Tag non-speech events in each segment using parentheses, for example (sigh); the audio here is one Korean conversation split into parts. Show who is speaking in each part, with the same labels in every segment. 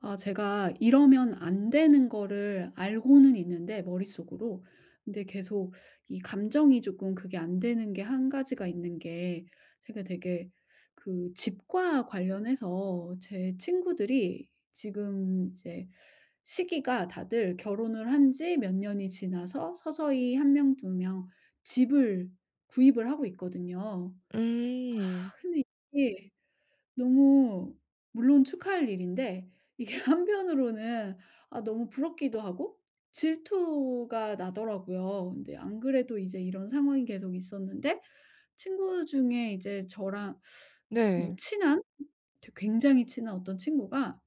Speaker 1: 아 제가 이러면 안 되는 거를 알고는 있는데, 머릿속으로, 근데 계속 이 감정이 조금 그게 안 되는 게 한 가지가 있는 게, 제가 되게 그 집과 관련해서 제 친구들이 지금 이제 시기가 다들 결혼을 한 지 몇 년이 지나서 서서히 한 명 두 명 집을 구입을 하고 있거든요.
Speaker 2: 음.
Speaker 1: 근데 이게 너무, 물론 축하할 일인데, 이게 (laughs) 한편으로는 아 너무 부럽기도 하고 질투가 나더라고요. 근데 안 그래도 이제 이런 상황이 계속 있었는데, 친구 중에 이제 저랑 뭐
Speaker 2: 네.
Speaker 1: 친한, 되게 굉장히 친한 어떤 친구가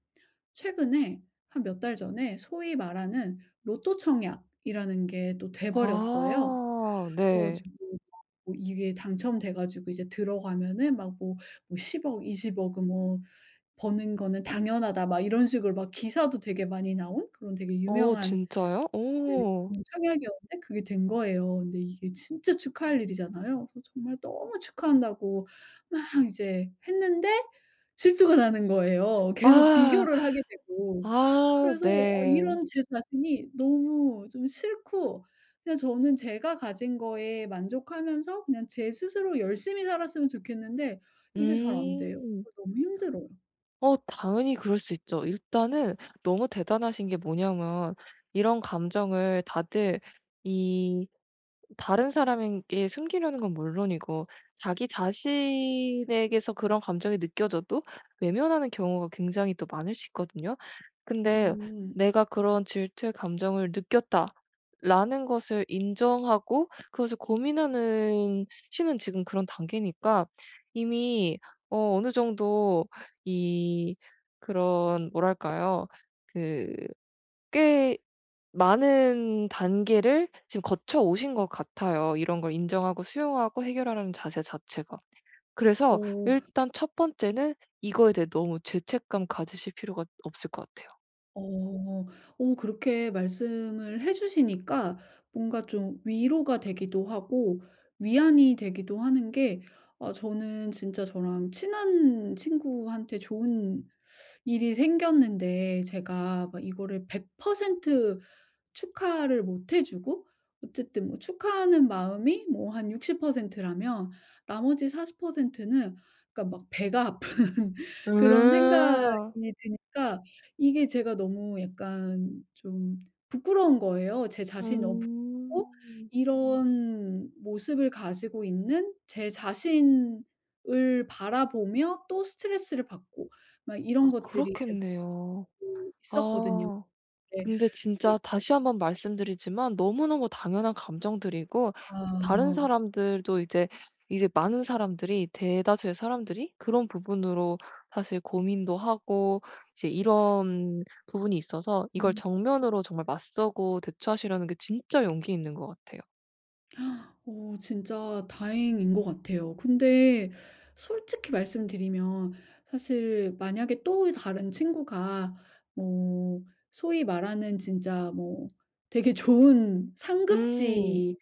Speaker 1: 최근에 한 몇 달 전에 소위 말하는 로또 청약이라는 게 또 돼 버렸어요.
Speaker 2: 아
Speaker 1: 그래
Speaker 2: 네.
Speaker 1: 가지고 뭐 이게 당첨돼 가지고 이제 들어가면은 막 뭐, 십10억 20 억은 뭐 버는 거는 당연하다 막 이런 식으로 막 기사도 되게 많이 나온 그런 되게
Speaker 2: 어
Speaker 1: 유명한,
Speaker 2: 진짜요?
Speaker 1: 네,
Speaker 2: 오.
Speaker 1: 그런 청약이었는데 그게 된 거예요. 근데 이게 진짜 축하할 일이잖아요. 그래서 정말 너무 축하한다고 막 이제 했는데, 질투가 나는 거예요. 계속
Speaker 2: 아.
Speaker 1: 비교를 하게 되고.
Speaker 2: 아
Speaker 1: 그래서 어,
Speaker 2: 네.
Speaker 1: 이런 제 자신이 너무 좀 싫고, 그냥 저는 제가 가진 거에 만족하면서 그냥 제 스스로 열심히 살았으면 좋겠는데 이게 잘 안 돼요.
Speaker 2: 음.
Speaker 1: 그래서 너무 힘들어요.
Speaker 2: 어 당연히 그럴 수 있죠. 일단은 너무 대단하신 게 뭐냐면, 이런 감정을 다들 이 다른 사람에게 숨기려는 건 물론이고, 자기 자신에게서 그런 감정이 느껴져도 외면하는 경우가 굉장히 또 많을 수 있거든요. 근데
Speaker 1: 음.
Speaker 2: 내가 그런 질투의 감정을 느꼈다라는 것을 인정하고 그것을 고민하는 시는 지금 그런 단계니까 이미 어느 정도 이 그런 뭐랄까요? 그꽤 많은 단계를 지금 거쳐 오신 것 같아요, 이런 걸 인정하고 수용하고 해결하라는 자세 자체가. 그래서
Speaker 1: 오,
Speaker 2: 일단 첫 번째는 이거에 대해 너무 죄책감 가지실 필요가 없을 것 같아요.
Speaker 1: 어. 오, 그렇게 말씀을 해 주시니까 뭔가 좀 위로가 되기도 하고 위안이 되기도 하는 게, 아 저는 진짜 저랑 친한 친구한테 좋은 일이 생겼는데 제가 막 이거를 100% 축하를 못해 주고, 어쨌든 뭐 축하하는 마음이 뭐 한 60% 라면 나머지 40%는, 그러니까 막 배가 아픈 (laughs) 그런 생각이
Speaker 2: 음.
Speaker 1: 드니까 이게 제가 너무 약간 좀 부끄러운 거예요. 제 자신이 너무 부끄럽고
Speaker 2: 음.
Speaker 1: 이런 모습을 가지고 있는 제 자신을 바라보며 또 스트레스를 받고 막
Speaker 2: 아
Speaker 1: 이런 것들이 이제
Speaker 2: 그렇겠네요.
Speaker 1: 있었거든요.
Speaker 2: 아.
Speaker 1: 근데
Speaker 2: 근데
Speaker 1: 이제,
Speaker 2: 진짜 다시 한번 말씀드리지만 너무너무 당연한 감정들이고,
Speaker 1: 아.
Speaker 2: 다른 사람들도 이제 많은 사람들이, 대다수의 사람들이 그런 부분으로 사실 고민도 하고 이제 이런 부분이 있어서, 이걸
Speaker 1: 음.
Speaker 2: 정면으로 정말 맞서고 대처하시려는 게 진짜 용기 있는 것 같아요.
Speaker 1: 어 진짜 다행인 것 같아요. 근데 솔직히 말씀드리면, 사실 만약에 또 다른 친구가 뭐 소위 말하는 진짜 뭐 되게 좋은
Speaker 2: 음.
Speaker 1: 상급지의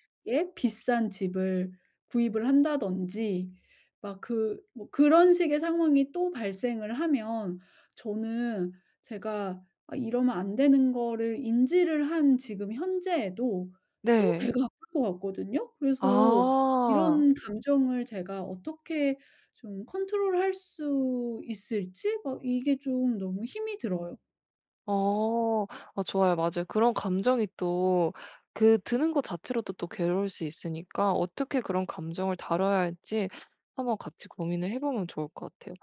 Speaker 1: 비싼 집을 구입을 한다든지 막 그 뭐 그런 식의 상황이 또 발생을 하면, 저는 제가 '아 이러면 안 되는 거를' 인지를 한 지금 현재에도 또
Speaker 2: 네.
Speaker 1: 배가 아플 것 같거든요. 그래서
Speaker 2: 아.
Speaker 1: 이런 감정을 제가 어떻게 좀 컨트롤할 수 있을지 막, 이게 좀 너무 힘이 들어요.
Speaker 2: 어. 아 좋아요. 맞아요. 그런 감정이 또 그 드는 것 자체로도 또 괴로울 수 있으니까, 어떻게 그런 감정을 다뤄야 할지 한번 같이 고민을 해 보면 좋을 것 같아요.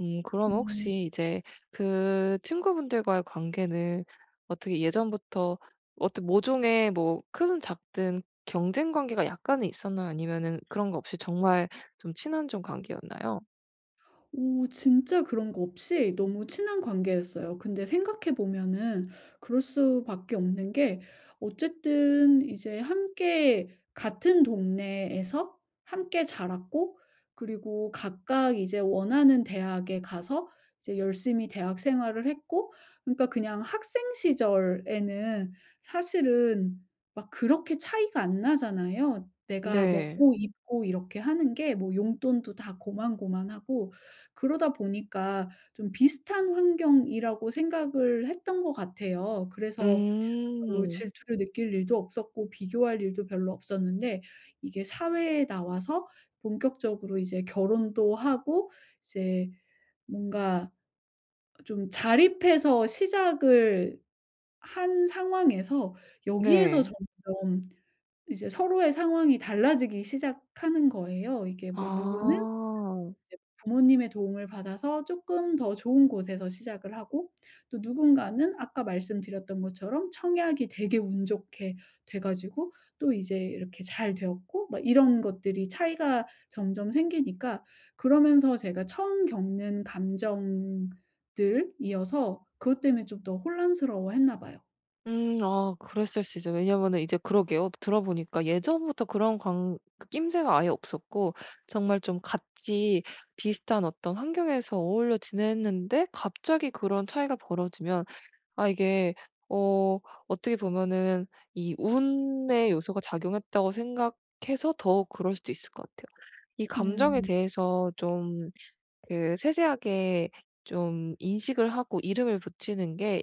Speaker 2: 그러면
Speaker 1: 음.
Speaker 2: 혹시 이제 그 친구분들과의 관계는 어떻게, 예전부터 어떤 모종의 뭐 크든 작든 경쟁 관계가 약간은 있었나요? 아니면은 그런 거 없이 정말 좀 친한 좀 관계였나요?
Speaker 1: 오 진짜 그런 거 없이 너무 친한 관계였어요. 근데 생각해 보면은 그럴 수밖에 없는 게, 어쨌든 이제 함께 같은 동네에서 함께 자랐고, 그리고 각각 이제 원하는 대학에 가서 이제 열심히 대학 생활을 했고, 그러니까 그냥 학생 시절에는 사실은 막 그렇게 차이가 안 나잖아요. 내가
Speaker 2: 네.
Speaker 1: 먹고 입고 이렇게 하는 게 뭐 용돈도 다 고만고만하고, 그러다 보니까 좀 비슷한 환경이라고 생각을 했던 것 같아요. 그래서 별로
Speaker 2: 음.
Speaker 1: 질투를 느낄 일도 없었고 비교할 일도 별로 없었는데, 이게 사회에 나와서 본격적으로 이제 결혼도 하고 이제 뭔가 좀 자립해서 시작을 한 상황에서, 여기에서
Speaker 2: 네.
Speaker 1: 점점 이제 서로의 상황이 달라지기 시작하는 거예요. 이게 뭐, 누구는
Speaker 2: 아.
Speaker 1: 이제 부모님의 도움을 받아서 쪼끔 더 좋은 곳에서 시작을 하고, 또 누군가는 아까 말씀드렸던 것처럼 청약이 되게 운 좋게 돼 가지고 또 이제 이렇게 잘 되었고, 막 이런 것들이 차이가 점점 생기니까, 그러면서 제가 처음 겪는 감정들이어서 그것 때문에 좀 더 혼란스러워했나 봐요.
Speaker 2: 아 그랬을 수 있어요. 왜냐면은 이제 그러게요. 들어보니까 예전부터 그런 관 그 낌새가 아예 없었고 정말 좀 같이 비슷한 어떤 환경에서 어울려 지냈는데 갑자기 그런 차이가 벌어지면, 아 이게 어 어떻게 보면은 이 운의 요소가 작용했다고 생각해서 더 그럴 수도 있을 것 같아요. 이 감정에
Speaker 1: 음.
Speaker 2: 대해서 좀 그 세세하게 좀 인식을 하고 이름을 붙이는 게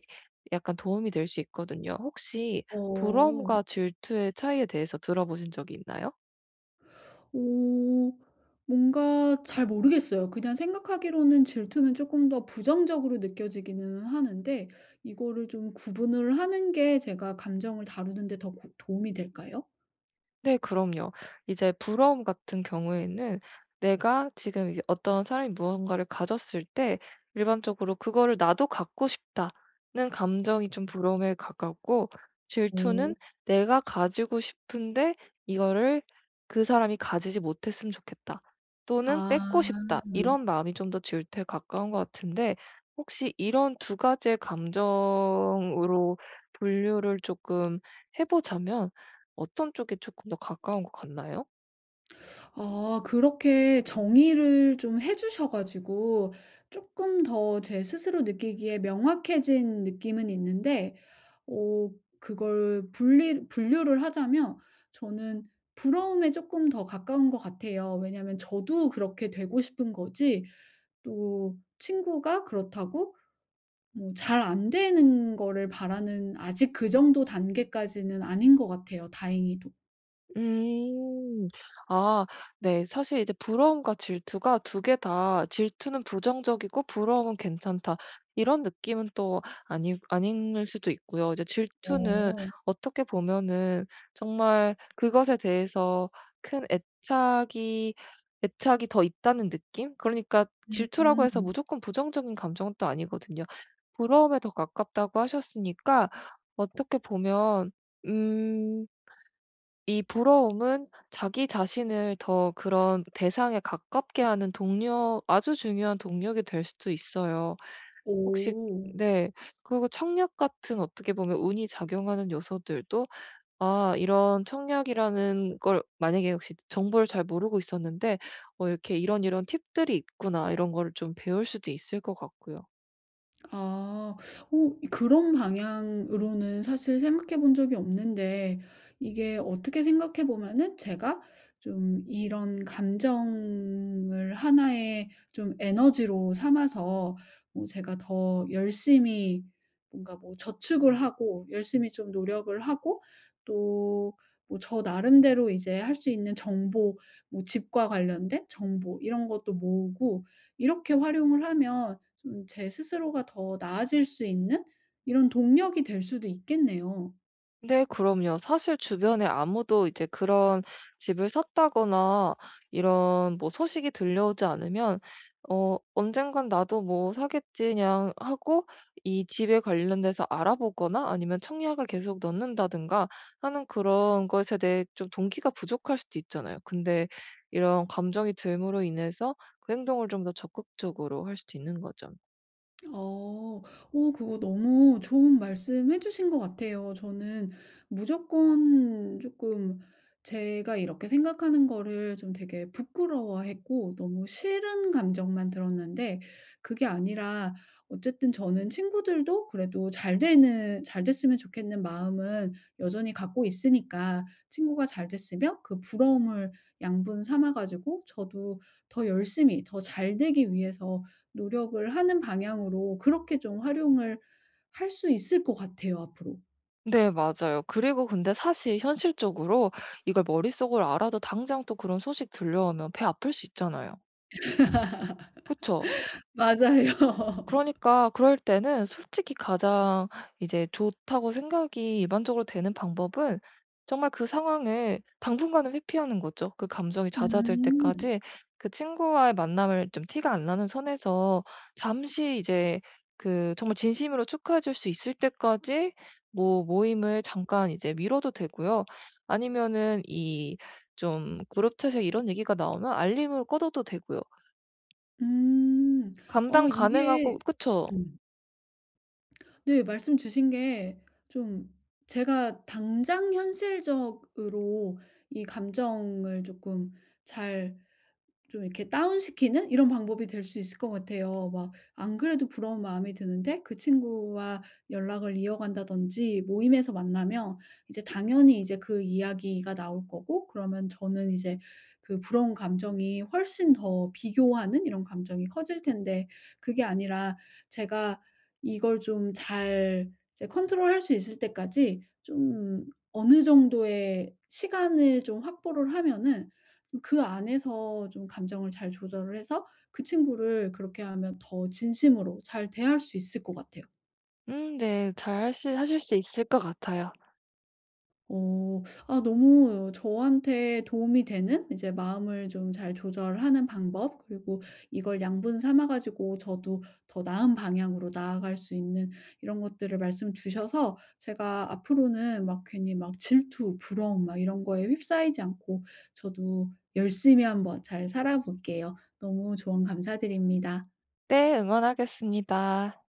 Speaker 2: 약간 도움이 될 수 있거든요. 혹시
Speaker 1: 어.
Speaker 2: 부러움과 질투의 차이에 대해서 들어보신 적이 있나요?
Speaker 1: 오. 뭔가 잘 모르겠어요. 그냥 생각하기로는 질투는 조금 더 부정적으로 느껴지기는 하는데, 이거를 좀 구분을 하는 게 제가 감정을 다루는 데 더 고 도움이 될까요?
Speaker 2: 네, 그럼요. 이제 부러움 같은 경우에는 내가 지금 이제 어떤 사람이 무언가를 가졌을 때 일반적으로 '그거를 나도 갖고 싶다.'는 감정이 좀 부러움에 가깝고,
Speaker 1: 오.
Speaker 2: 질투는 내가 가지고 싶은데 이거를 '그 사람이 가지지 못했으면 좋겠다.' 또는 '뺏고
Speaker 1: 아.
Speaker 2: 싶다.' 이런 마음이 좀 더 질투에 가까운 것 같은데, 혹시 이런 두 가지의 감정으로 분류를 조금 해 보자면 어떤 쪽에 조금 더 가까운 것 같나요?
Speaker 1: 아 그렇게 정의를 좀 해 주셔 가지고 조금 더 제 스스로 느끼기에 명확해진 느낌은 있는데, 어, 그걸 분리 분류를 하자면 저는 부러움에 조금 더 가까운 것 같아요. 왜냐하면 저도 그렇게 되고 싶은 거지, 또 친구가 그렇다고 뭐 잘 안 되는 거를 바라는, 아직 그 정도 단계까지는 아닌 것 같아요, 다행히도.
Speaker 2: 음. 아 네. 사실 이제 부러움과 질투가 두 개 다, 질투는 부정적이고 부러움은 괜찮다 이런 느낌은 또 아니, 아닐 수도 있고요. 이제 질투는
Speaker 1: 어.
Speaker 2: 어떻게 보면은 정말 그것에 대해서 큰 애착이 더 있다는 느낌? 그러니까 질투라고 해서
Speaker 1: 음.
Speaker 2: 무조건 부정적인 감정은 또 아니거든요. 부러움에 더 가깝다고 하셨으니까 어떻게 보면 음 이 부러움은 자기 자신을 더 그런 대상에 가깝게 하는 동력, 아주 중요한 동력이 될 수도 있어요. 혹시
Speaker 1: 오.
Speaker 2: 네. 그리고 청력 같은 어떻게 보면 운이 작용하는 요소들도, 아 이런 청력이라는 걸 만약에 혹시 정보를 잘 모르고 있었는데 이렇게 '이런 이런 팁들이 있구나.' 이런 거를 좀 배울 수도 있을 것 같고요.
Speaker 1: 아. 어 그런 방향으로는 사실 생각해 본 적이 없는데, 이게 어떻게 생각해 보면은 제가 좀 이런 감정을 하나의 좀 에너지로 삼아서 뭐 제가 더 열심히 뭔가 뭐 저축을 하고 열심히 좀 노력을 하고, 또 뭐 저 나름대로 이제 할 수 있는 정보, 뭐 집과 관련된 정보 이런 것도 모으고 이렇게 활용을 하면, 좀 제 스스로가 더 나아질 수 있는 이런 동력이 될 수도 있겠네요.
Speaker 2: 네, 그럼요. 사실 주변에 아무도 이제 그런 집을 샀다거나 이런 뭐 소식이 들려오지 않으면 언젠간 나도 뭐 사겠지 그냥 하고, 이 집에 관련돼서 알아보거나 아니면 청약을 계속 넣는다든가 하는 그런 것에 대해 좀 동기가 부족할 수도 있잖아요. 근데 이런 감정이 들므로 인해서 그 행동을 좀 더 적극적으로 할 수도 있는 거죠.
Speaker 1: 어. 어 그거 너무 좋은 말씀해 주신 것 같아요. 저는 무조건 조금 제가 이렇게 생각하는 거를 좀 되게 부끄러워했고 너무 싫은 감정만 들었는데, 그게 아니라 어쨌든 저는 친구들도 그래도 잘 됐으면 좋겠는 마음은 여전히 갖고 있으니까, 친구가 잘 됐으면 그 부러움을 양분 삼아 가지고 저도 더 열심히 더 잘 되기 위해서 노력을 하는 방향으로 그렇게 좀 활용을 할 수 있을 것 같아요, 앞으로.
Speaker 2: 네, 맞아요. 그리고 근데 사실 현실적으로 이걸 머릿속으로 알아도 당장 또 그런 소식 들려오면 배 아플 수 있잖아요. 그쵸?
Speaker 1: 맞아요. (laughs)
Speaker 2: 그러니까 그럴 때는 솔직히 가장 이제 좋다고 생각이 일반적으로 되는 방법은 정말 그 상황을 당분간은 회피하는 거죠. 그 감정이 잦아들
Speaker 1: 음.
Speaker 2: 때까지 그 친구와의 만남을 좀 티가 안 나는 선에서 잠시 이제 그 정말 진심으로 축하해 줄 수 있을 때까지 뭐 모임을 잠깐 이제 미뤄도 되고요. 아니면은 이 좀 그룹 채색 이런 얘기가 나오면 알림을 꺼둬도 되고요.
Speaker 1: 음. 어
Speaker 2: 감당
Speaker 1: 이게,
Speaker 2: 가능하고, 그쵸?
Speaker 1: 음. 네 말씀 주신 게 좀, 제가 당장 현실적으로 이 감정을 조금 잘 좀 이렇게 다운시키는 이런 방법이 될 수 있을 것 같아요. 막 안 그래도 부러운 마음이 드는데 그 친구와 연락을 이어간다든지 모임에서 만나면 이제 당연히 이제 그 이야기가 나올 거고, 그러면 저는 이제 그 부러운 감정이 훨씬 더, 비교하는 이런 감정이 커질 텐데, 그게 아니라 제가 이걸 좀 잘 이제 컨트롤할 수 있을 때까지 좀 어느 정도의 시간을 좀 확보를 하면은, 좀 그 안에서 좀 감정을 잘 조절을 해서 그 친구를 그렇게 하면 더 진심으로 잘 대할 수 있을 것 같아요.
Speaker 2: 네. 잘 하실 수 있을 것 같아요.
Speaker 1: 어. 아 너무 저한테 도움이 되는 이제 마음을 좀 잘 조절하는 방법, 그리고 이걸 양분 삼아 가지고 저도 더 나은 방향으로 나아갈 수 있는 이런 것들을 말씀 주셔서, 제가 앞으로는 막 괜히 막 질투, 부러움 막 이런 거에 휩싸이지 않고 저도 열심히 한번 잘 살아볼게요. 너무 조언 감사드립니다.
Speaker 2: 네. 응원하겠습니다.